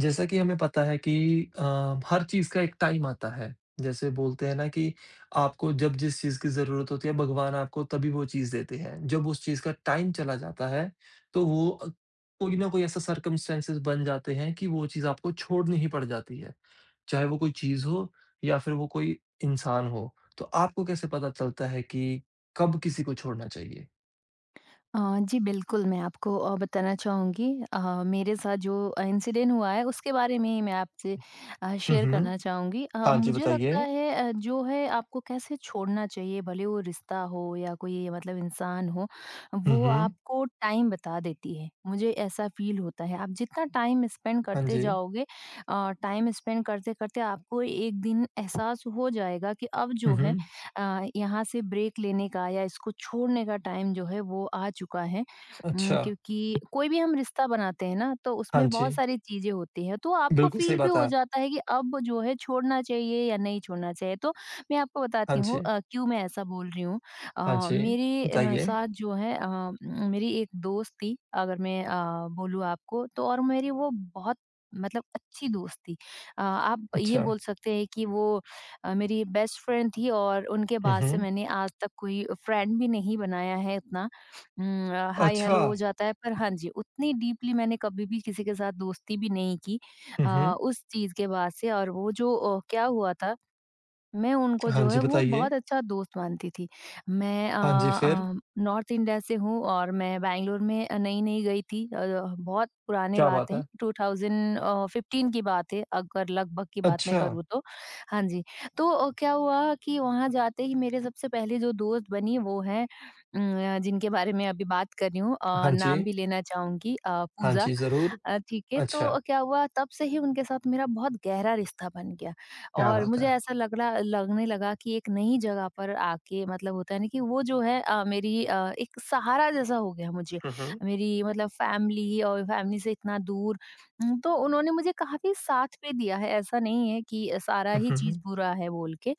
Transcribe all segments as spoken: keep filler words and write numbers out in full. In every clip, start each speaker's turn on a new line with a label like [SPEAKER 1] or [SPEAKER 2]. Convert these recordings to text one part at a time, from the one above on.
[SPEAKER 1] जैसा कि हमें पता है कि अ, हर चीज़ का एक टाइम आता है। जैसे बोलते हैं ना कि आपको जब जिस चीज़ की ज़रूरत होती है, भगवान आपको तभी वो चीज़ देते हैं। जब उस चीज़ का टाइम चला जाता है, तो वो अ, कोई ना कोई ऐसा सर्कमस्टेंसेस बन जाते हैं कि वो चीज़ आपको छोड़नी ही पड़ जाती है। चाहे वो कोई चीज़ हो या फिर वो कोई इंसान हो। तो आपको कैसे पता चलता है कि कब किसी को छोड़ना चाहिए?
[SPEAKER 2] अ, जी बिल्कुल, मैं आपको अ, बताना चाहूँगी। अ, मेरे साथ जो इंसिडेंट हुआ है उसके बारे में ही मैं आपसे अ,
[SPEAKER 1] हुँ,
[SPEAKER 2] शेयर
[SPEAKER 1] हुँ।
[SPEAKER 2] करना चाहूँगी। अ,
[SPEAKER 1] हाँ जी,
[SPEAKER 2] मुझे लगता
[SPEAKER 1] बताइए।
[SPEAKER 2] है अ, जो है आपको कैसे छोड़ना चाहिए भले वो रिश्ता हो या कोई मतलब इंसान हो,
[SPEAKER 1] हुँ,
[SPEAKER 2] वो
[SPEAKER 1] हुँ।
[SPEAKER 2] आपको टाइम बता देती है। मुझे ऐसा फ़ील होता है आप जितना टाइम स्पेंड
[SPEAKER 1] हाँ
[SPEAKER 2] करते
[SPEAKER 1] जी।
[SPEAKER 2] जाओगे अ, टाइम स्पेंड करते-करते आपको एक दिन एहसास हो जाएगा कि अब
[SPEAKER 1] हुँ,
[SPEAKER 2] जो है
[SPEAKER 1] हुँ।
[SPEAKER 2] अ, यहाँ से ब्रेक लेने का या इसको छोड़ने का टाइम जो है वो आ चुका है। उम,
[SPEAKER 1] अच्छा।
[SPEAKER 2] क्योंकि कोई भी हम रिश्ता बनाते हैं ना तो
[SPEAKER 1] हाँ
[SPEAKER 2] उसमें बहुत
[SPEAKER 1] जी।
[SPEAKER 2] सारी चीजें होती हैं, तो आपको
[SPEAKER 1] बिल्कुल सही
[SPEAKER 2] फील भी
[SPEAKER 1] बात
[SPEAKER 2] हो
[SPEAKER 1] है।
[SPEAKER 2] जाता है कि अब जो है छोड़ना चाहिए या नहीं छोड़ना चाहिए। तो मैं आपको
[SPEAKER 1] हाँ
[SPEAKER 2] बताती हूँ
[SPEAKER 1] जी,
[SPEAKER 2] अ, क्यों मैं ऐसा बोल रही हूँ।
[SPEAKER 1] हाँ
[SPEAKER 2] अ,
[SPEAKER 1] जी,
[SPEAKER 2] मेरे अ,
[SPEAKER 1] बताइए।
[SPEAKER 2] साथ जो है अ, म- मेरी एक दोस्त थी, अगर मैं अ, बोलूँ आपको तो। और मेरी वो बहुत मतलब अच्छी दोस्त थी। अ, आप ये
[SPEAKER 1] अच्छा,
[SPEAKER 2] बोल सकते हैं कि वो अ, मेरी बेस्ट फ्रेंड थी, और उनके
[SPEAKER 1] हुँ,
[SPEAKER 2] बाद से
[SPEAKER 1] हुँ।
[SPEAKER 2] मैंने आज तक कोई फ्रेंड भी नहीं बनाया है उतना। उम, अ, हाय
[SPEAKER 1] अच्छा,
[SPEAKER 2] हेलो हो जाता है, पर हाँ जी, उतनी डीपली मैंने कभी भी किसी के साथ दोस्ती भी नहीं की
[SPEAKER 1] हुँ,
[SPEAKER 2] अ,
[SPEAKER 1] हुँ।
[SPEAKER 2] उस चीज़ के बाद से। और वो जो अ, क्या हुआ था, मैं उनको
[SPEAKER 1] हाँ
[SPEAKER 2] जो
[SPEAKER 1] जी,
[SPEAKER 2] है वो
[SPEAKER 1] बताइए।
[SPEAKER 2] बहुत अच्छा दोस्त मानती थी। मैं अ
[SPEAKER 1] हाँ जी, फिर?
[SPEAKER 2] अ, नॉर्थ इंडिया से हूँ, और मैं बैंगलोर में अ, नई-नई गई थी। अ, बहुत पुरानी
[SPEAKER 1] क्या
[SPEAKER 2] बात
[SPEAKER 1] बात
[SPEAKER 2] है,
[SPEAKER 1] है?
[SPEAKER 2] ट्वेंटी अ, फ़िफ़्टीन की बात है, अगर लगभग की बात मैं
[SPEAKER 1] अच्छा,
[SPEAKER 2] करूँ तो। हाँ जी, तो अ, क्या हुआ कि वहाँ जाते ही मेरे सबसे पहले जो दोस्त बनी वो हैं उम, जिनके बारे में अभी बात कर रही हूँ। अ,
[SPEAKER 1] हाँ
[SPEAKER 2] नाम
[SPEAKER 1] जी,
[SPEAKER 2] भी लेना चाहूँगी, अ,
[SPEAKER 1] हाँ
[SPEAKER 2] पूजा।
[SPEAKER 1] जी, ज़रूर।
[SPEAKER 2] अ, ठीक है,
[SPEAKER 1] अच्छा,
[SPEAKER 2] तो क्या हुआ तब से ही उनके साथ मेरा बहुत गहरा रिश्ता बन गया।
[SPEAKER 1] क्या
[SPEAKER 2] और
[SPEAKER 1] बात
[SPEAKER 2] मुझे
[SPEAKER 1] है?
[SPEAKER 2] ऐसा लग रहा लगने लगा कि एक नई जगह पर आके मतलब होता है ना कि वो जो है अ, मेरी अ, एक सहारा जैसा हो गया मुझे।
[SPEAKER 1] हुँ, हुँ,
[SPEAKER 2] मेरी मतलब फैमिली और फैमिली से इतना दूर। उम, तो उन्होंने मुझे काफ़ी साथ भी दिया है, ऐसा नहीं है कि सारा
[SPEAKER 1] हुँ,
[SPEAKER 2] ही
[SPEAKER 1] हुँ,
[SPEAKER 2] चीज़
[SPEAKER 1] हुँ।
[SPEAKER 2] बुरा है बोल के।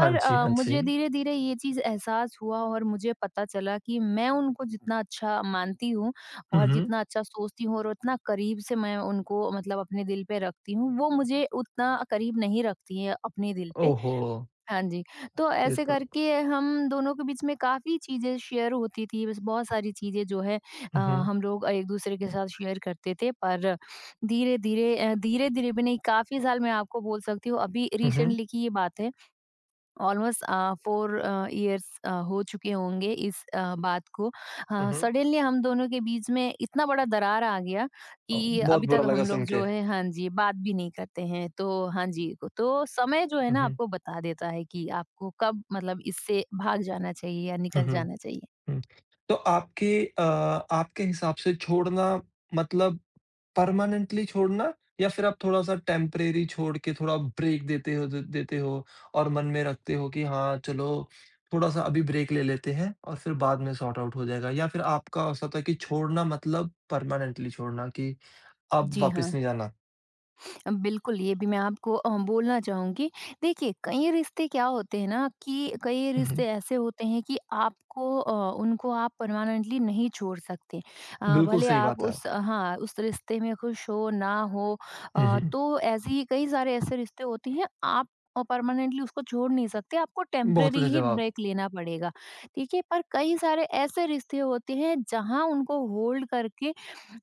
[SPEAKER 1] हाँ जी,
[SPEAKER 2] अ,
[SPEAKER 1] हाँ
[SPEAKER 2] मुझे
[SPEAKER 1] जी।
[SPEAKER 2] धीरे-धीरे ये चीज़ एहसास हुआ, और मुझे पता चला कि मैं उनको जितना अच्छा मानती हूँ
[SPEAKER 1] हुँ,
[SPEAKER 2] और
[SPEAKER 1] हुँ।
[SPEAKER 2] जितना अच्छा सोचती हूँ और उतना करीब से मैं उनको मतलब अपने दिल पे रखती हूँ, वो मुझे उतना करीब नहीं रखती हैं अपने दिल पे।
[SPEAKER 1] ओहो!
[SPEAKER 2] हाँ जी, तो
[SPEAKER 1] ये
[SPEAKER 2] ऐसे
[SPEAKER 1] तो
[SPEAKER 2] करके हम दोनों के बीच में काफ़ी चीज़ें शेयर होती थी, बस बहुत सारी चीज़ें जो है अ,
[SPEAKER 1] हुँ, हुँ,
[SPEAKER 2] हम लोग एक-दूसरे के साथ शेयर करते थे, पर धीरे-धीरे अ, धीरे-धीरे भी नहीं, काफ़ी साल मैं आपको बोल सकती हूँ, अभी
[SPEAKER 1] हुँ, हुँ,
[SPEAKER 2] रिसेंटली की ये बात है। Almost uh, four uh, years uh, हो चुके होंगे इस अ, बात को। अ,
[SPEAKER 1] हुँ, हुँ।
[SPEAKER 2] सडनली हम दोनों के बीच में इतना बड़ा दरार आ गया
[SPEAKER 1] अ,
[SPEAKER 2] कि
[SPEAKER 1] बहुत
[SPEAKER 2] अभी
[SPEAKER 1] बुरा
[SPEAKER 2] तक
[SPEAKER 1] लगा
[SPEAKER 2] हम
[SPEAKER 1] सुन
[SPEAKER 2] लोग
[SPEAKER 1] के।
[SPEAKER 2] जो है हाँ जी, बात भी नहीं करते हैं। तो हाँ जी, को तो समय जो है
[SPEAKER 1] हुँ,
[SPEAKER 2] ना
[SPEAKER 1] हुँ,
[SPEAKER 2] आपको बता देता है कि आपको कब मतलब इससे भाग जाना चाहिए या
[SPEAKER 1] हुँ,
[SPEAKER 2] निकल
[SPEAKER 1] हुँ।
[SPEAKER 2] जाना चाहिए।
[SPEAKER 1] हुँ। तो आपके अ, आपके हिसाब से छोड़ना मतलब परमानेंटली छोड़ना या फिर आप थोड़ा-सा टेम्परेरी छोड़ के थोड़ा ब्रेक देते हो द देते हो और मन में रखते हो कि हाँ, चलो थोड़ा-सा अभी ब्रेक ले लेते हैं और फिर बाद में सॉर्ट आउट हो जाएगा या फिर आपका ऐसा था कि छोड़ना मतलब परमानेंटली छोड़ना कि अब
[SPEAKER 2] जी
[SPEAKER 1] वापस
[SPEAKER 2] हाँ।
[SPEAKER 1] नहीं जाना?
[SPEAKER 2] बिल्कुल, ये भी मैं आपको अ, बोलना चाहूँगी। देखिए, कई रिश्ते क्या होते हैं ना कि कई
[SPEAKER 1] हुँ, हुँ।
[SPEAKER 2] रिश्ते ऐसे होते हैं कि आपको अ, उनको आप परमानेंटली नहीं छोड़ सकते। अ,
[SPEAKER 1] बिल्कुल
[SPEAKER 2] भले
[SPEAKER 1] सही
[SPEAKER 2] आप
[SPEAKER 1] बात है।
[SPEAKER 2] उस हाँ, उस रिश्ते में खुश हो, ना हो।
[SPEAKER 1] हुँ,
[SPEAKER 2] अ,
[SPEAKER 1] हुँ।
[SPEAKER 2] तो ऐसे ही कई सारे ऐसे रिश्ते होते हैं, आप अ, परमानेंटली उसको छोड़ नहीं सकते, आपको
[SPEAKER 1] बहुत
[SPEAKER 2] टेम्परेरी
[SPEAKER 1] अच्छा
[SPEAKER 2] ही
[SPEAKER 1] जवाब,
[SPEAKER 2] ब्रेक लेना पड़ेगा, ठीक है? पर कई सारे ऐसे रिश्ते होते हैं, जहाँ उनको होल्ड करके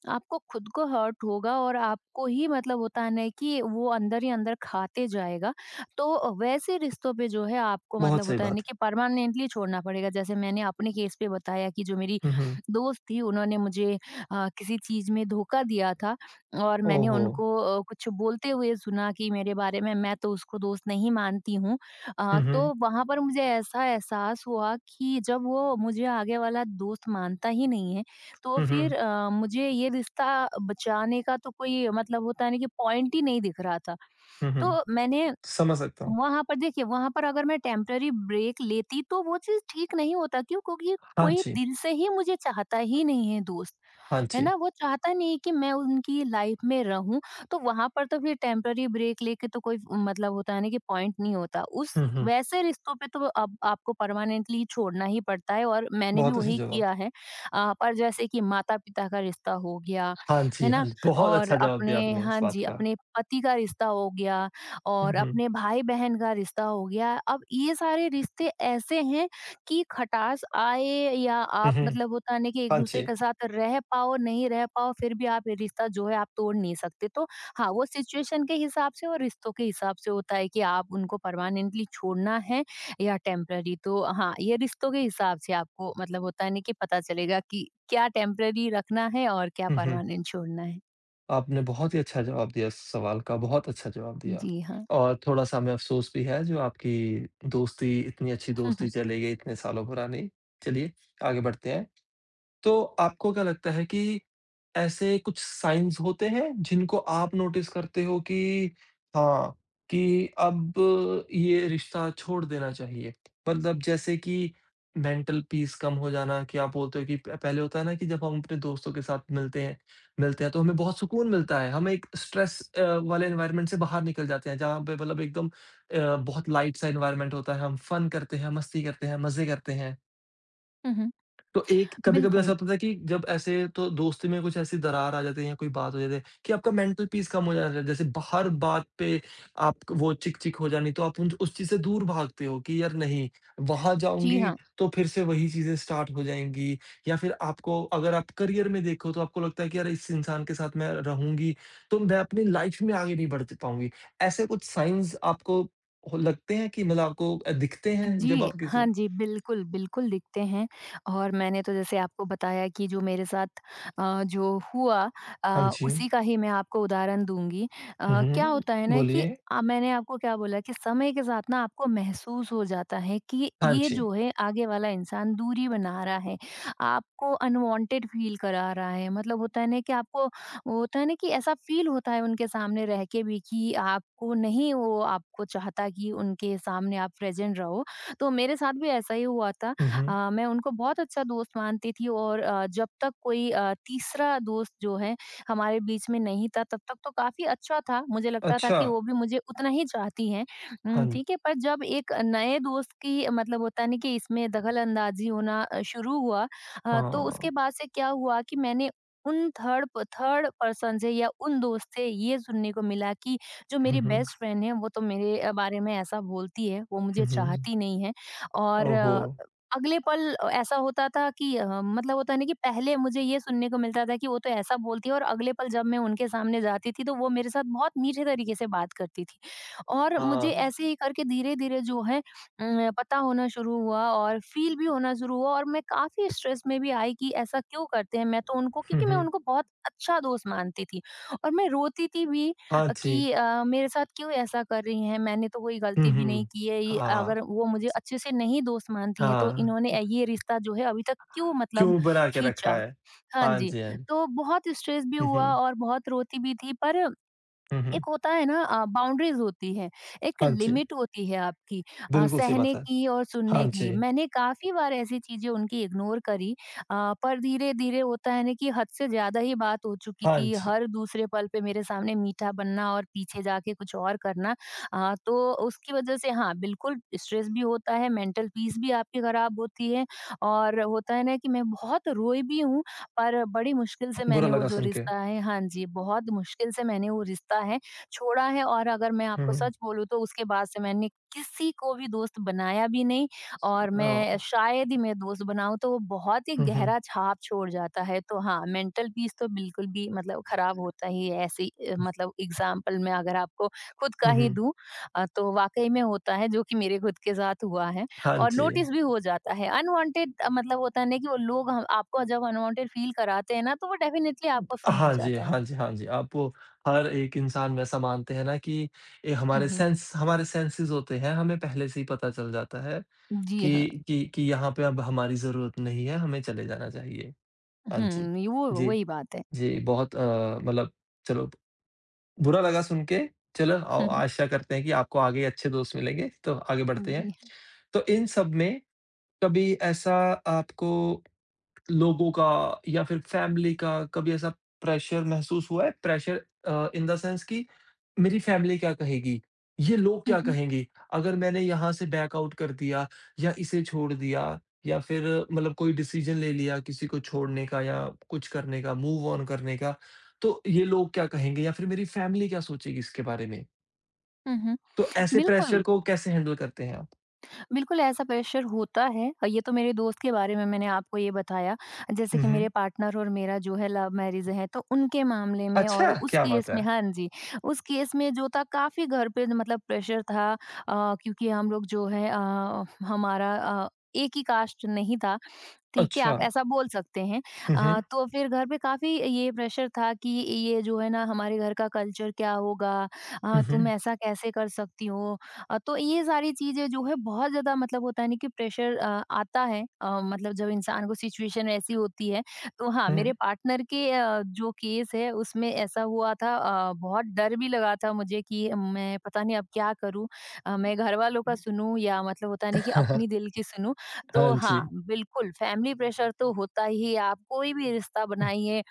[SPEAKER 2] आपको खुद को हर्ट होगा, और आपको ही मतलब होता है ना कि वो अंदर ही अंदर खाते जाएगा। तो वैसे रिश्तों पे जो है आपको
[SPEAKER 1] बहुत
[SPEAKER 2] मतलब
[SPEAKER 1] सही
[SPEAKER 2] होता है ना
[SPEAKER 1] बात।
[SPEAKER 2] कि परमानेंटली छोड़ना पड़ेगा। जैसे मैंने अपने केस पे बताया कि जो मेरी
[SPEAKER 1] हुँ, हुँ।
[SPEAKER 2] दोस्त थी उन्होंने मुझे अ, किसी चीज़ में धोखा दिया था, और मैंने
[SPEAKER 1] ओहो!
[SPEAKER 2] उनको अ, कुछ बोलते हुए सुना कि मेरे बारे में, मैं तो उसको दोस्त नहीं मानती हूँ। अ,
[SPEAKER 1] हुँ, हुँ।
[SPEAKER 2] तो वहाँ पर मुझे ऐसा एहसास हुआ कि जब वो मुझे आगे वाला दोस्त मानता ही नहीं है, तो
[SPEAKER 1] हुँ, हुँ।
[SPEAKER 2] फिर अ, मुझे ये रिश्ता बचाने का तो कोई मतलब होता है ना कि पॉइंट ही नहीं दिख रहा था।
[SPEAKER 1] हुँ, हुँ।
[SPEAKER 2] तो मैंने
[SPEAKER 1] समझ सकता हूँ।
[SPEAKER 2] वहाँ पर देखिए वहाँ पर अगर मैं टेम्परेरी ब्रेक लेती तो वो चीज़ ठीक नहीं होता, क्यों? क्योंकि
[SPEAKER 1] हाँ
[SPEAKER 2] कोई
[SPEAKER 1] जी,
[SPEAKER 2] दिल से ही मुझे चाहता ही नहीं है दोस्त।
[SPEAKER 1] हाँ
[SPEAKER 2] है
[SPEAKER 1] जी।
[SPEAKER 2] ना? वो चाहता नहीं है कि मैं उनकी लाइफ में रहूँ, तो वहाँ पर तो फिर टेम्पररी ब्रेक लेके तो कोई मतलब होता है ना कि पॉइंट नहीं होता। उस
[SPEAKER 1] हुँ, हुँ।
[SPEAKER 2] वैसे रिश्तों पे तो अब आपको परमानेंटली छोड़ना ही पड़ता है, और मैंने भी
[SPEAKER 1] बहुत अच्छा
[SPEAKER 2] वही
[SPEAKER 1] जवाब।
[SPEAKER 2] किया है। अ, पर जैसे कि माता-पिता का रिश्ता हो गया,
[SPEAKER 1] हाँ जी,
[SPEAKER 2] है
[SPEAKER 1] हाँ
[SPEAKER 2] ना?
[SPEAKER 1] जी। बहुत
[SPEAKER 2] और
[SPEAKER 1] अच्छा जवाब
[SPEAKER 2] अपने
[SPEAKER 1] दिया आपने इस
[SPEAKER 2] हाँ
[SPEAKER 1] बात
[SPEAKER 2] जी,
[SPEAKER 1] का।
[SPEAKER 2] अपने पति का रिश्ता हो गया,
[SPEAKER 1] हुँ,
[SPEAKER 2] और
[SPEAKER 1] हुँ।
[SPEAKER 2] अपने भाई-बहन का रिश्ता हो गया। अब ये सारे रिश्ते ऐसे हैं की खटास आए या
[SPEAKER 1] हुँ,
[SPEAKER 2] आप
[SPEAKER 1] हुँ।
[SPEAKER 2] मतलब होता है ना कि
[SPEAKER 1] हाँ
[SPEAKER 2] एक-दूसरे
[SPEAKER 1] जी।
[SPEAKER 2] के साथ रह पाओ, नहीं रह पाओ, फिर भी आप ये रिश्ता जो है आप तोड़ नहीं सकते। तो हाँ, वो सिचुएशन के हिसाब से और रिश्तों के हिसाब से होता है कि आप उनको परमानेंटली छोड़ना है या टेम्परेरी। तो हाँ, ये रिश्तों के हिसाब से आपको मतलब होता है ना कि पता चलेगा कि क्या टेम्परेरी रखना है और क्या
[SPEAKER 1] हुँ, हुँ।
[SPEAKER 2] परमानेंट छोड़ना है।
[SPEAKER 1] आपने बहुत ही अच्छा जवाब दिया इस सवाल का, बहुत अच्छा जवाब दिया।
[SPEAKER 2] जी हाँ।
[SPEAKER 1] और थोड़ा-सा हमें अफ़सोस भी है जो आपकी दोस्ती इतनी अच्छी
[SPEAKER 2] हुँ,
[SPEAKER 1] दोस्ती
[SPEAKER 2] हुँ।
[SPEAKER 1] चली गई इतने सालों पुरानी। चलिए, आगे बढ़ते हैं। तो आपको क्या लगता है कि ऐसे कुछ साइन्स होते हैं जिनको आप नोटिस करते हो कि हाँ, कि अब ये रिश्ता छोड़ देना चाहिए? मतलब जैसे कि मेंटल पीस कम हो जाना कि आप बोलते हो कि प पहले होता है ना कि जब हम अपने दोस्तों के साथ मिलते हैं मिलते हैं तो हमें बहुत सुकून मिलता है। हम एक स्ट्रेस अ, वाले एनवायरनमेंट से बाहर निकल जाते हैं जहाँ पे मतलब एकदम अ, बहुत लाइट सा एनवायरनमेंट होता है, हम फन करते हैं, मस्ती करते हैं, मज़े करते हैं।
[SPEAKER 2] हुँ, हुँ।
[SPEAKER 1] तो एक कभी-कभी ऐसा
[SPEAKER 2] बिल्कुल।
[SPEAKER 1] होता था कि जब ऐसे तो दोस्ती में कुछ ऐसी दरार आ जाती है या कोई बात हो जाती है कि आपका मेंटल पीस कम हो जाता है। जैसे ब हर बात पे आप वो चिक-चिक हो जानी तो आप उन उस चीज़ से दूर भागते हो कि यार नहीं, वहाँ
[SPEAKER 2] जी
[SPEAKER 1] जाऊँगी
[SPEAKER 2] हाँ।
[SPEAKER 1] तो फिर से वही चीज़ें स्टार्ट हो जाएँगी या फिर आपको अगर आप करियर में देखो तो आपको लगता है कि यार इस इंसान के साथ मैं रहूँगी, तो मैं अपनी लाइफ़ में आगे नहीं बढ़ च पाऊँगी। ऐसे कुछ साइन्स आपको हो लगते हैं कि मतलब आपको अ, दिखते हैं जब
[SPEAKER 2] जी,
[SPEAKER 1] आप किसी
[SPEAKER 2] हाँ जी, बिल्कुल, बिल्कुल दिखते हैं, और मैंने तो जैसे आपको बताया कि जो मेरे साथ अ, जो हुआ
[SPEAKER 1] हाँ
[SPEAKER 2] अ,
[SPEAKER 1] जी।
[SPEAKER 2] उसी का ही मैं आपको उदाहरण दूँगी।
[SPEAKER 1] हुँ,
[SPEAKER 2] अ, क्या
[SPEAKER 1] हुँ।
[SPEAKER 2] होता है ना कि
[SPEAKER 1] बोलिए।
[SPEAKER 2] अ, मैंने आपको क्या बोला कि समय के साथ ना आपको महसूस हो जाता है कि
[SPEAKER 1] हाँ
[SPEAKER 2] ये
[SPEAKER 1] जी।
[SPEAKER 2] जो है आगे वाला इंसान दूरी बना रहा है, आपको अनवांटेड फ़ील करा रहा है। मतलब होता है ना कि आपको वो होता है ना कि ऐसा फ़ील होता है उनके सामने रह के भी कि आपको नहीं वो आपको चाहता कि उनके सामने आप प्रेज़ेंट रहो। तो मेरे साथ भी ऐसा ही हुआ था।
[SPEAKER 1] हुँ, हुँ।
[SPEAKER 2] अ, मैं उनको बहुत अच्छा दोस्त मानती थी, और अ, जब तक कोई अ, तीसरा दोस्त जो है हमारे बीच में नहीं था तब तक तो काफ़ी अच्छा था। मुझे लगता था
[SPEAKER 1] अच्छा,
[SPEAKER 2] कि वो भी मुझे उतना ही चाहती हैं। उम,
[SPEAKER 1] हाँ
[SPEAKER 2] ठीक है, पर जब एक नए दोस्त की मतलब होता है ना कि इसमें दखल-अंदाज़ी होना अ, शुरू हुआ। अ, तो उसके
[SPEAKER 1] हाँ।
[SPEAKER 2] बाद से क्या हुआ कि मैंने उन थर्ड प थर्ड पर्सन से या उन दोस्त से ये सुनने को मिला कि जो
[SPEAKER 1] हुँ,
[SPEAKER 2] मेरी
[SPEAKER 1] हुँ।
[SPEAKER 2] बेस्ट फ्रेंड है वो तो मेरे अ, बारे में ऐसा बोलती है, वो
[SPEAKER 1] हुँ,
[SPEAKER 2] मुझे
[SPEAKER 1] हुँ।
[SPEAKER 2] चाहती नहीं है। और
[SPEAKER 1] ओहो!
[SPEAKER 2] अ, अगले पल अ, ऐसा होता था कि अ, मतलब होता है ना कि पहले मुझे ये सुनने को मिलता था कि वो तो ऐसा बोलती है, और अगले पल जब मैं उनके सामने जाती थी तो वो मेरे साथ बहुत मीठे तरीके से बात करती थी। और मुझे
[SPEAKER 1] हाँ।
[SPEAKER 2] ऐसे ही करके धीरे-धीरे जो है उम, पता होना शुरू हुआ और फ़ील भी होना शुरू हुआ, और मैं काफ़ी स्ट्रेस में भी आई कि ऐसा क्यों करते हैं? मैं तो उनको,
[SPEAKER 1] हुँ,
[SPEAKER 2] क्योंकि मैं
[SPEAKER 1] हुँ।
[SPEAKER 2] उनको बहुत अच्छा दोस्त मानती थी, और मैं रोती थी भी
[SPEAKER 1] हाँ जी।
[SPEAKER 2] कि अ, मेरे साथ क्यों ऐसा कर रही हैं? मैंने तो कोई
[SPEAKER 1] हुँ,
[SPEAKER 2] गलती भी नहीं
[SPEAKER 1] हुँ।
[SPEAKER 2] की है। ये
[SPEAKER 1] हाँ,
[SPEAKER 2] अगर वो मुझे अच्छे से नहीं दोस्त मानती हैं तो
[SPEAKER 1] हाँ।
[SPEAKER 2] इन्होंने अ, ये रिश्ता जो है अभी तक क्यों मतलब
[SPEAKER 1] क्यों बना के रखा
[SPEAKER 2] खींचा?
[SPEAKER 1] है?
[SPEAKER 2] हाँ
[SPEAKER 1] हाँ
[SPEAKER 2] जी,
[SPEAKER 1] जी, हाँ जी।
[SPEAKER 2] तो बहुत स्ट्रेस भी
[SPEAKER 1] हुँ,
[SPEAKER 2] हुआ
[SPEAKER 1] हुँ।
[SPEAKER 2] और बहुत रोती भी थी पर
[SPEAKER 1] हुँ, हुँ।
[SPEAKER 2] एक होता है ना अ, बाउंड्रीज होती है, एक
[SPEAKER 1] हाँ जी,
[SPEAKER 2] लिमिट होती है आपकी अ,
[SPEAKER 1] बिल्कुल सही
[SPEAKER 2] सहने
[SPEAKER 1] बात है।
[SPEAKER 2] की और
[SPEAKER 1] हाँ
[SPEAKER 2] सुनने
[SPEAKER 1] जी,
[SPEAKER 2] की। मैंने काफ़ी बार ऐसी चीज़ें उनकी इग्नोर करी अ, पर धीरे-धीरे होता है ना कि हद से ज़्यादा ही बात हो चुकी
[SPEAKER 1] हाँ
[SPEAKER 2] थी,
[SPEAKER 1] जी।
[SPEAKER 2] हर दूसरे पल पे मेरे सामने मीठा बनना और पीछे जाके कुछ और करना। अ, तो उसकी वज़ह से हाँ, बिल्कुल स्ट्रेस भी होता है, मेंटल पीस भी आपकी ख़राब होती है और होता है ना कि मैं बहुत रोई भी हूँ, पर बड़ी मुश्किल से
[SPEAKER 1] बुरा
[SPEAKER 2] मैंने वो
[SPEAKER 1] लगा
[SPEAKER 2] जो
[SPEAKER 1] सुन के।
[SPEAKER 2] रिश्ता है हाँ जी, बहुत मुश्किल से मैंने वो रिश्ता है छोड़ा है और अगर मैं
[SPEAKER 1] हुँ,
[SPEAKER 2] आपको
[SPEAKER 1] हुँ।
[SPEAKER 2] सच बोलूँ तो उसके बाद से मैंने किसी को भी दोस्त बनाया भी नहीं और
[SPEAKER 1] अ,
[SPEAKER 2] मैं शायद ही मैं दोस्त बनाऊँ तो वो बहुत ही
[SPEAKER 1] हुँ, हुँ।
[SPEAKER 2] गहरा छाप छोड़ जाता है। तो हाँ, मेंटल पीस तो बिल्कुल भी मतलब खराब होता ही है ऐसे अ, मतलब एग्ज़ाम्पल मैं अगर आपको खुद का
[SPEAKER 1] हुँ,
[SPEAKER 2] ही
[SPEAKER 1] हुँ।
[SPEAKER 2] दूँ अ, तो वाक़ई में होता है जो कि मेरे खुद के साथ हुआ है
[SPEAKER 1] हाँ
[SPEAKER 2] और
[SPEAKER 1] जी।
[SPEAKER 2] नोटिस भी हो जाता है। अनवांटेड अ, मतलब होता है ना कि वो लोग हम आपको जब अनवांटेड फ़ील कराते हैं ना तो वो डेफ़िनेटली आपको फ़ील हो
[SPEAKER 1] हाँ जी,
[SPEAKER 2] जाता है।
[SPEAKER 1] हाँ जी, हाँ जी। आप वो हर एक इंसान में ऐसा मानते हैं ना कि ए,
[SPEAKER 2] हुँ,
[SPEAKER 1] हमारे
[SPEAKER 2] हुँ।
[SPEAKER 1] सेंस हमारे सेंसेस होते हैं, हमें पहले से ही पता चल जाता है
[SPEAKER 2] जी हाँ।
[SPEAKER 1] कि कि कि यहाँ पे अब हमारी ज़रूरत नहीं है, हमें चले जाना चाहिए। हाँ जी।
[SPEAKER 2] हुँ, ये वो
[SPEAKER 1] जी,
[SPEAKER 2] वही बात है।
[SPEAKER 1] जी, बहुत अ, मतलब चलो बुरा लगा सुन के। चलो औ आशा करते हैं कि आपको आगे अच्छे दोस्त मिलेंगे, तो आगे बढ़ते हैं।
[SPEAKER 2] जी।
[SPEAKER 1] तो इन सब में कभी ऐसा आपको लोगों का या फिर फैमिली का कभी ऐसा प्रेशर महसूस हुआ है? Pressure uh, in the sense कि मेरी फैमिली क्या कहेगी? ये लोग
[SPEAKER 2] हुँ,
[SPEAKER 1] क्या
[SPEAKER 2] हुँ।
[SPEAKER 1] कहेंगे? अगर मैंने यहाँ से बैक आउट कर दिया या इसे छोड़ दिया या फिर मतलब कोई डिसीजन ले लिया किसी को छोड़ने का या कुछ करने का, मूव ऑन करने का, तो ये लोग क्या कहेंगे या फिर मेरी फैमिली क्या सोचेगी इसके बारे में?
[SPEAKER 2] हुँ, हुँ।
[SPEAKER 1] तो ऐसे प्रेशर
[SPEAKER 2] बिल्कुल,
[SPEAKER 1] को कैसे हैंडल करते हैं आप?
[SPEAKER 2] बिल्कुल ऐसा प्रेशर होता है। और ये तो मेरे दोस्त के बारे में मैंने आपको ये बताया। जैसे
[SPEAKER 1] हुँ,
[SPEAKER 2] कि
[SPEAKER 1] हुँ।
[SPEAKER 2] मेरे पार्टनर और मेरा जो है लव मैरिज है, तो उनके मामले में और
[SPEAKER 1] अच्छा!
[SPEAKER 2] उस
[SPEAKER 1] क्या बात
[SPEAKER 2] केस
[SPEAKER 1] है!
[SPEAKER 2] में हाँ जी, उस केस में जो था काफ़ी घर पे मतलब प्रेशर था अ, क्योंकि हम लोग जो है अ, हमारा अ, एक ही कास्ट नहीं था। ठीक है,
[SPEAKER 1] अच्छा।
[SPEAKER 2] आप ऐसा बोल सकते हैं।
[SPEAKER 1] हुँ,
[SPEAKER 2] अ,
[SPEAKER 1] हुँ।
[SPEAKER 2] तो फिर घर पे काफ़ी ये प्रेशर था कि ये जो है ना हमारे घर का कल्चर क्या होगा?
[SPEAKER 1] हुँ,
[SPEAKER 2] अ, तुम
[SPEAKER 1] हुँ।
[SPEAKER 2] ऐसा कैसे कर सकती हो? अ, तो ये सारी चीज़ें जो है बहुत ज़्यादा मतलब होता है ना कि प्रेशर अ, आता है अ, मतलब जब इंसान को सिचुएशन ऐसी होती है। तो हाँ,
[SPEAKER 1] हुँ।
[SPEAKER 2] मेरे पार्टनर के अ, जो केस है उसमें ऐसा हुआ था अ, बहुत डर भी लगा था मुझे कि मैं पता नहीं अब क्या करूँ? अ, मैं घरवालों का सुनूँ या मतलब होता है ना कि अपनी दिल की सुनूँ?
[SPEAKER 1] हाँ
[SPEAKER 2] तो हाँ,
[SPEAKER 1] जी।
[SPEAKER 2] बिल्कुल फैमिली प्रेशर तो होता ही है। आप कोई भी रिश्ता बनाइए,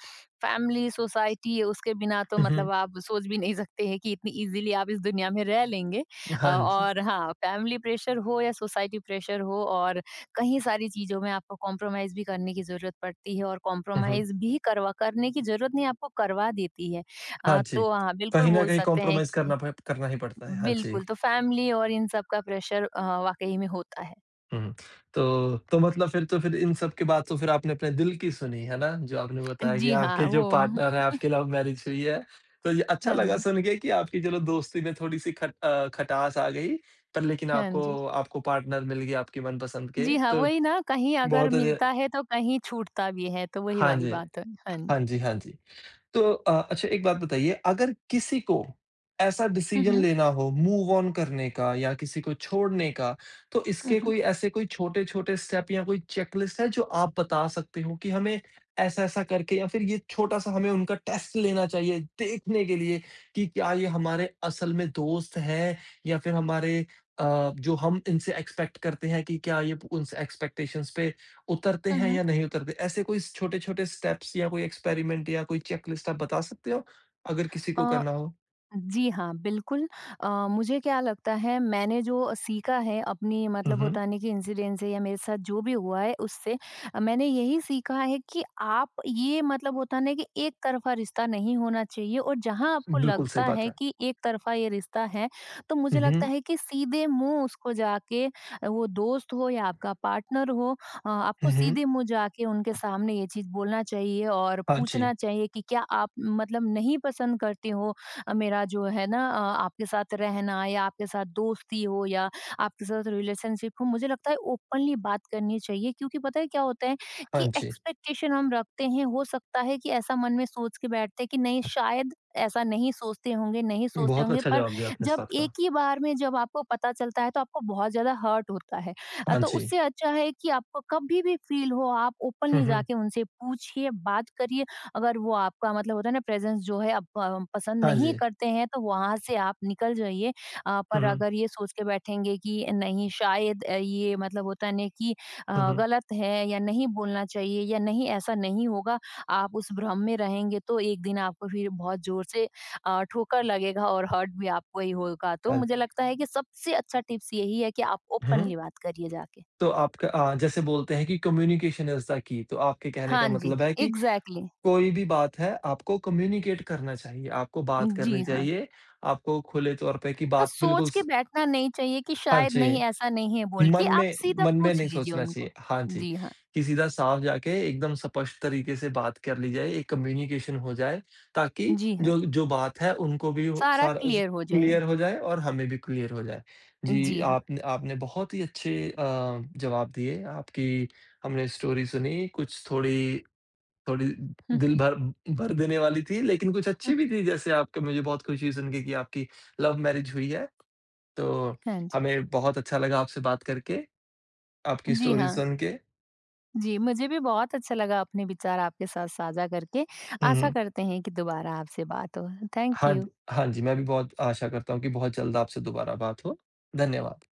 [SPEAKER 2] फैमिली, सोसाइटी उसके बिना तो
[SPEAKER 1] हुँ, हुँ।
[SPEAKER 2] मतलब आप सोच भी नहीं सकते हैं कि इतनी ईज़िली आप इस दुनिया में रह लेंगे। अ,
[SPEAKER 1] हाँ जी।
[SPEAKER 2] और हाँ, फैमिली प्रेशर हो या सोसाइटी प्रेशर हो और कहीं सारी चीज़ों में आपको कॉम्प्रोमाइज़ भी करने की ज़रूरत पड़ती है और
[SPEAKER 1] हुँ, हुँ।
[SPEAKER 2] कॉम्प्रोमाइज़ भी करवा करने की ज़रूरत नहीं आपको करवा देती है।
[SPEAKER 1] हाँ
[SPEAKER 2] अ,
[SPEAKER 1] जी।
[SPEAKER 2] तो हाँ, बिल्कुल
[SPEAKER 1] कहीं न
[SPEAKER 2] बोल
[SPEAKER 1] कहीं
[SPEAKER 2] सकते हैं
[SPEAKER 1] कॉम्प्रोमाइज़
[SPEAKER 2] कि
[SPEAKER 1] करना प करना ही पड़ता है। हाँ जी।
[SPEAKER 2] बिल्कुल, तो फैमिली और इन सब का प्रेशर अ, वाक़ई में होता है।
[SPEAKER 1] हुँ, हुँ। तो तो मतलब फिर तो फिर इन सब के बाद तो फिर आपने अपने दिल की सुनी, है ना? जो आपने बताया कि
[SPEAKER 2] जी हाँ,
[SPEAKER 1] आपके जो
[SPEAKER 2] वो
[SPEAKER 1] पार्टनर हैं, आपकी लव मैरिज हुई है। तो ये अच्छा
[SPEAKER 2] हाँ
[SPEAKER 1] लगा
[SPEAKER 2] जी,
[SPEAKER 1] सुन के कि आपकी चलो दोस्ती में थोड़ी-सी खट अ, खटास आ गई, पर लेकिन
[SPEAKER 2] हाँ जी।
[SPEAKER 1] आपको आपको पार्टनर मिल गया आपकी मनपसंद के।
[SPEAKER 2] जी हाँ,
[SPEAKER 1] तो
[SPEAKER 2] वही ना कहीं अगर
[SPEAKER 1] बहुत ज
[SPEAKER 2] मिलता है तो कहीं छूटता भी है, तो वही
[SPEAKER 1] हाँ
[SPEAKER 2] वाली
[SPEAKER 1] जी।
[SPEAKER 2] बात है। हाँ
[SPEAKER 1] हाँ
[SPEAKER 2] जी।
[SPEAKER 1] जी, हाँ जी। तो अ, अच्छा एक बात बताइए, अगर किसी को ऐसा
[SPEAKER 2] हुँ,
[SPEAKER 1] डिसीजन
[SPEAKER 2] हुँ।
[SPEAKER 1] लेना हो मूव ऑन करने का या किसी को छोड़ने का, तो
[SPEAKER 2] हुँ,
[SPEAKER 1] इसके
[SPEAKER 2] हुँ।
[SPEAKER 1] कोई ऐसे कोई छोटे-छोटे स्टेप या कोई चेकलिस्ट है जो आप बता सकते हो कि हमें ऐसा-ऐसा करके या फिर ये छोटा-सा हमें उनका टेस्ट लेना चाहिए देखने के लिए कि क्या ये हमारे असल में दोस्त हैं या फिर हमारे अ, जो हम इनसे एक्सपेक्ट करते हैं कि क्या ये उनसे एक्सपेक्टेशंस पे उतरते
[SPEAKER 2] हुँ,
[SPEAKER 1] हैं
[SPEAKER 2] हुँ।
[SPEAKER 1] या नहीं उतरते? ऐसे कोई स छोटे-छोटे स्टेप्स या कोई एक्सपेरिमेंट या कोई चेकलिस्ट आप बता सकते हो, अगर किसी को करना हो?
[SPEAKER 2] जी हाँ, बिल्कुल। अ, मुझे क्या लगता है मैंने जो सीखा है अपनी
[SPEAKER 1] हुँ,
[SPEAKER 2] मतलब
[SPEAKER 1] हुँ।
[SPEAKER 2] होता है ना कि इंसिडेंट से या मेरे साथ जो भी हुआ है उससे अ, मैंने यही सीखा है कि आप ये मतलब होता है ना कि एक तरफ़ा रिश्ता नहीं होना चाहिए और जहाँ आपको
[SPEAKER 1] बिल्कुल सही
[SPEAKER 2] लगता
[SPEAKER 1] बात
[SPEAKER 2] है
[SPEAKER 1] है।
[SPEAKER 2] कि एक तरफ़ा ये रिश्ता है, तो
[SPEAKER 1] हुँ,
[SPEAKER 2] मुझे लगता
[SPEAKER 1] हुँ।
[SPEAKER 2] है कि सीधे मुँह उसको जाके अ, वो दोस्त हो या आपका पार्टनर हो अ,
[SPEAKER 1] हुँ,
[SPEAKER 2] आपको
[SPEAKER 1] हुँ।
[SPEAKER 2] सीधे मुँह जाके उनके सामने ये चीज़ बोलना चाहिए और
[SPEAKER 1] हाँ जी,
[SPEAKER 2] पूछना चाहिए कि क्या आप मतलब नहीं पसंद करते हो अ, मेरा जो है ना अ, आपके साथ रहना या आपके साथ दोस्ती हो या आपके साथ रिलेशनशिप हो मुझे लगता है ओपनली बात करनी चाहिए क्योंकि पता है क्या होता है
[SPEAKER 1] हाँ
[SPEAKER 2] कि
[SPEAKER 1] जी।
[SPEAKER 2] एक्सपेक्टेशन हम रखते हैं हो सकता है कि ऐसा मन में सोच के बैठते हैं कि नहीं शायद ऐसा नहीं सोचते होंगे नहीं सोचते
[SPEAKER 1] बहुत
[SPEAKER 2] होंगे
[SPEAKER 1] अच्छा
[SPEAKER 2] पर
[SPEAKER 1] जवाब दिया आपने इस
[SPEAKER 2] जब
[SPEAKER 1] बात का।
[SPEAKER 2] एक ही बार में जब आपको पता चलता है तो आपको बहुत ज्यादा हर्ट होता है अ,
[SPEAKER 1] हाँ
[SPEAKER 2] तो
[SPEAKER 1] जी।
[SPEAKER 2] उससे अच्छा है कि आपको कभी भी फील हो आप
[SPEAKER 1] हुँ,
[SPEAKER 2] ओपनली
[SPEAKER 1] हुँ।
[SPEAKER 2] जाके उनसे पूछिए बात करिए अगर वो आपका मतलब होता है ना प्रेज़ेंस जो है आप प पसंद
[SPEAKER 1] हाँ
[SPEAKER 2] नहीं
[SPEAKER 1] जी।
[SPEAKER 2] करते हैं तो वहाँ से आप निकल जाइए। अ,
[SPEAKER 1] हुँ,
[SPEAKER 2] पर
[SPEAKER 1] हुँ।
[SPEAKER 2] अगर ये सोच के बैठेंगे कि नहीं शायद अ, ये मतलब होता है ना कि
[SPEAKER 1] हुँ,
[SPEAKER 2] अ,
[SPEAKER 1] हुँ।
[SPEAKER 2] गलत है या नहीं बोलना चाहिए या नहीं ऐसा नहीं होगा, आप उस भ्रम में रहेंगे तो एक दिन आपको फिर बहुत ज़ोर से अ, ठोकर लगेगा और हर्ट भी आपको ही होगा। तो
[SPEAKER 1] हाँ
[SPEAKER 2] मुझे लगता है कि सबसे अच्छा टिप्स यही है कि आप
[SPEAKER 1] हुँ।
[SPEAKER 2] ओपनली बात करिए जाके।
[SPEAKER 1] तो आपका अ, जैसे बोलते हैं कि कम्युनिकेशन इज़ द की तो आपके कहने का
[SPEAKER 2] हाँ जी,
[SPEAKER 1] मतलब है कि
[SPEAKER 2] एग्ज़ैक्टली।
[SPEAKER 1] कोई भी बात है, आपको कम्युनिकेट करना चाहिए, आपको बात करनी
[SPEAKER 2] जी, हाँ।
[SPEAKER 1] चाहिए, आपको खुले तौर पे कि
[SPEAKER 2] बस
[SPEAKER 1] बात बिल्कुल
[SPEAKER 2] सोच के
[SPEAKER 1] स
[SPEAKER 2] बैठना नहीं चाहिए कि
[SPEAKER 1] हाँ
[SPEAKER 2] शायद
[SPEAKER 1] जी।
[SPEAKER 2] नहीं ऐसा नहीं है बोल के
[SPEAKER 1] मन
[SPEAKER 2] आप
[SPEAKER 1] में
[SPEAKER 2] सीधा
[SPEAKER 1] मन में
[SPEAKER 2] पूछ
[SPEAKER 1] नहीं
[SPEAKER 2] लीजिए
[SPEAKER 1] सोचना
[SPEAKER 2] उनको।
[SPEAKER 1] चाहिए। हाँ जी,
[SPEAKER 2] जी हाँ,
[SPEAKER 1] कि सीधा साफ जाके एकदम स्पष्ट तरीके से बात कर ली जाए, एक कम्युनिकेशन हो जाए ताकि
[SPEAKER 2] जी हाँ,
[SPEAKER 1] जो जो बात है उनको भी वो
[SPEAKER 2] सारा
[SPEAKER 1] सारा स
[SPEAKER 2] क्लियर हो जाए।
[SPEAKER 1] क्लियर हो जाए और हमें भी क्लियर हो जाए। जी,
[SPEAKER 2] जी हाँ।
[SPEAKER 1] आपने आपने बहुत ही अच्छे अ, जवाब दिए, आपकी हमने स्टोरी सुनी, कुछ थोड़ी थोड़ी दिल भर भर देने वाली थी लेकिन कुछ अच्छी भी थी जैसे आपके मुझे बहुत खुशी हुई सुन के कि आपकी लव मैरिज हुई है। तो
[SPEAKER 2] हाँ जी।
[SPEAKER 1] हमें बहुत अच्छा लगा आपसे बात करके। आपकी
[SPEAKER 2] जी
[SPEAKER 1] स्टोरी
[SPEAKER 2] हाँ।
[SPEAKER 1] सुन के
[SPEAKER 2] जी, मुझे भी बहुत अच्छा लगा अपने विचार आपके साथ साझा करके।
[SPEAKER 1] हुँ,
[SPEAKER 2] आशा
[SPEAKER 1] हुँ।
[SPEAKER 2] करते हैं कि दोबारा आपसे बात हो। थैंक
[SPEAKER 1] हाँ,
[SPEAKER 2] यू।
[SPEAKER 1] हाँ जी, मैं भी बहुत आशा करता हूँ कि बहुत जल्द आपसे दोबारा बात हो। धन्यवाद।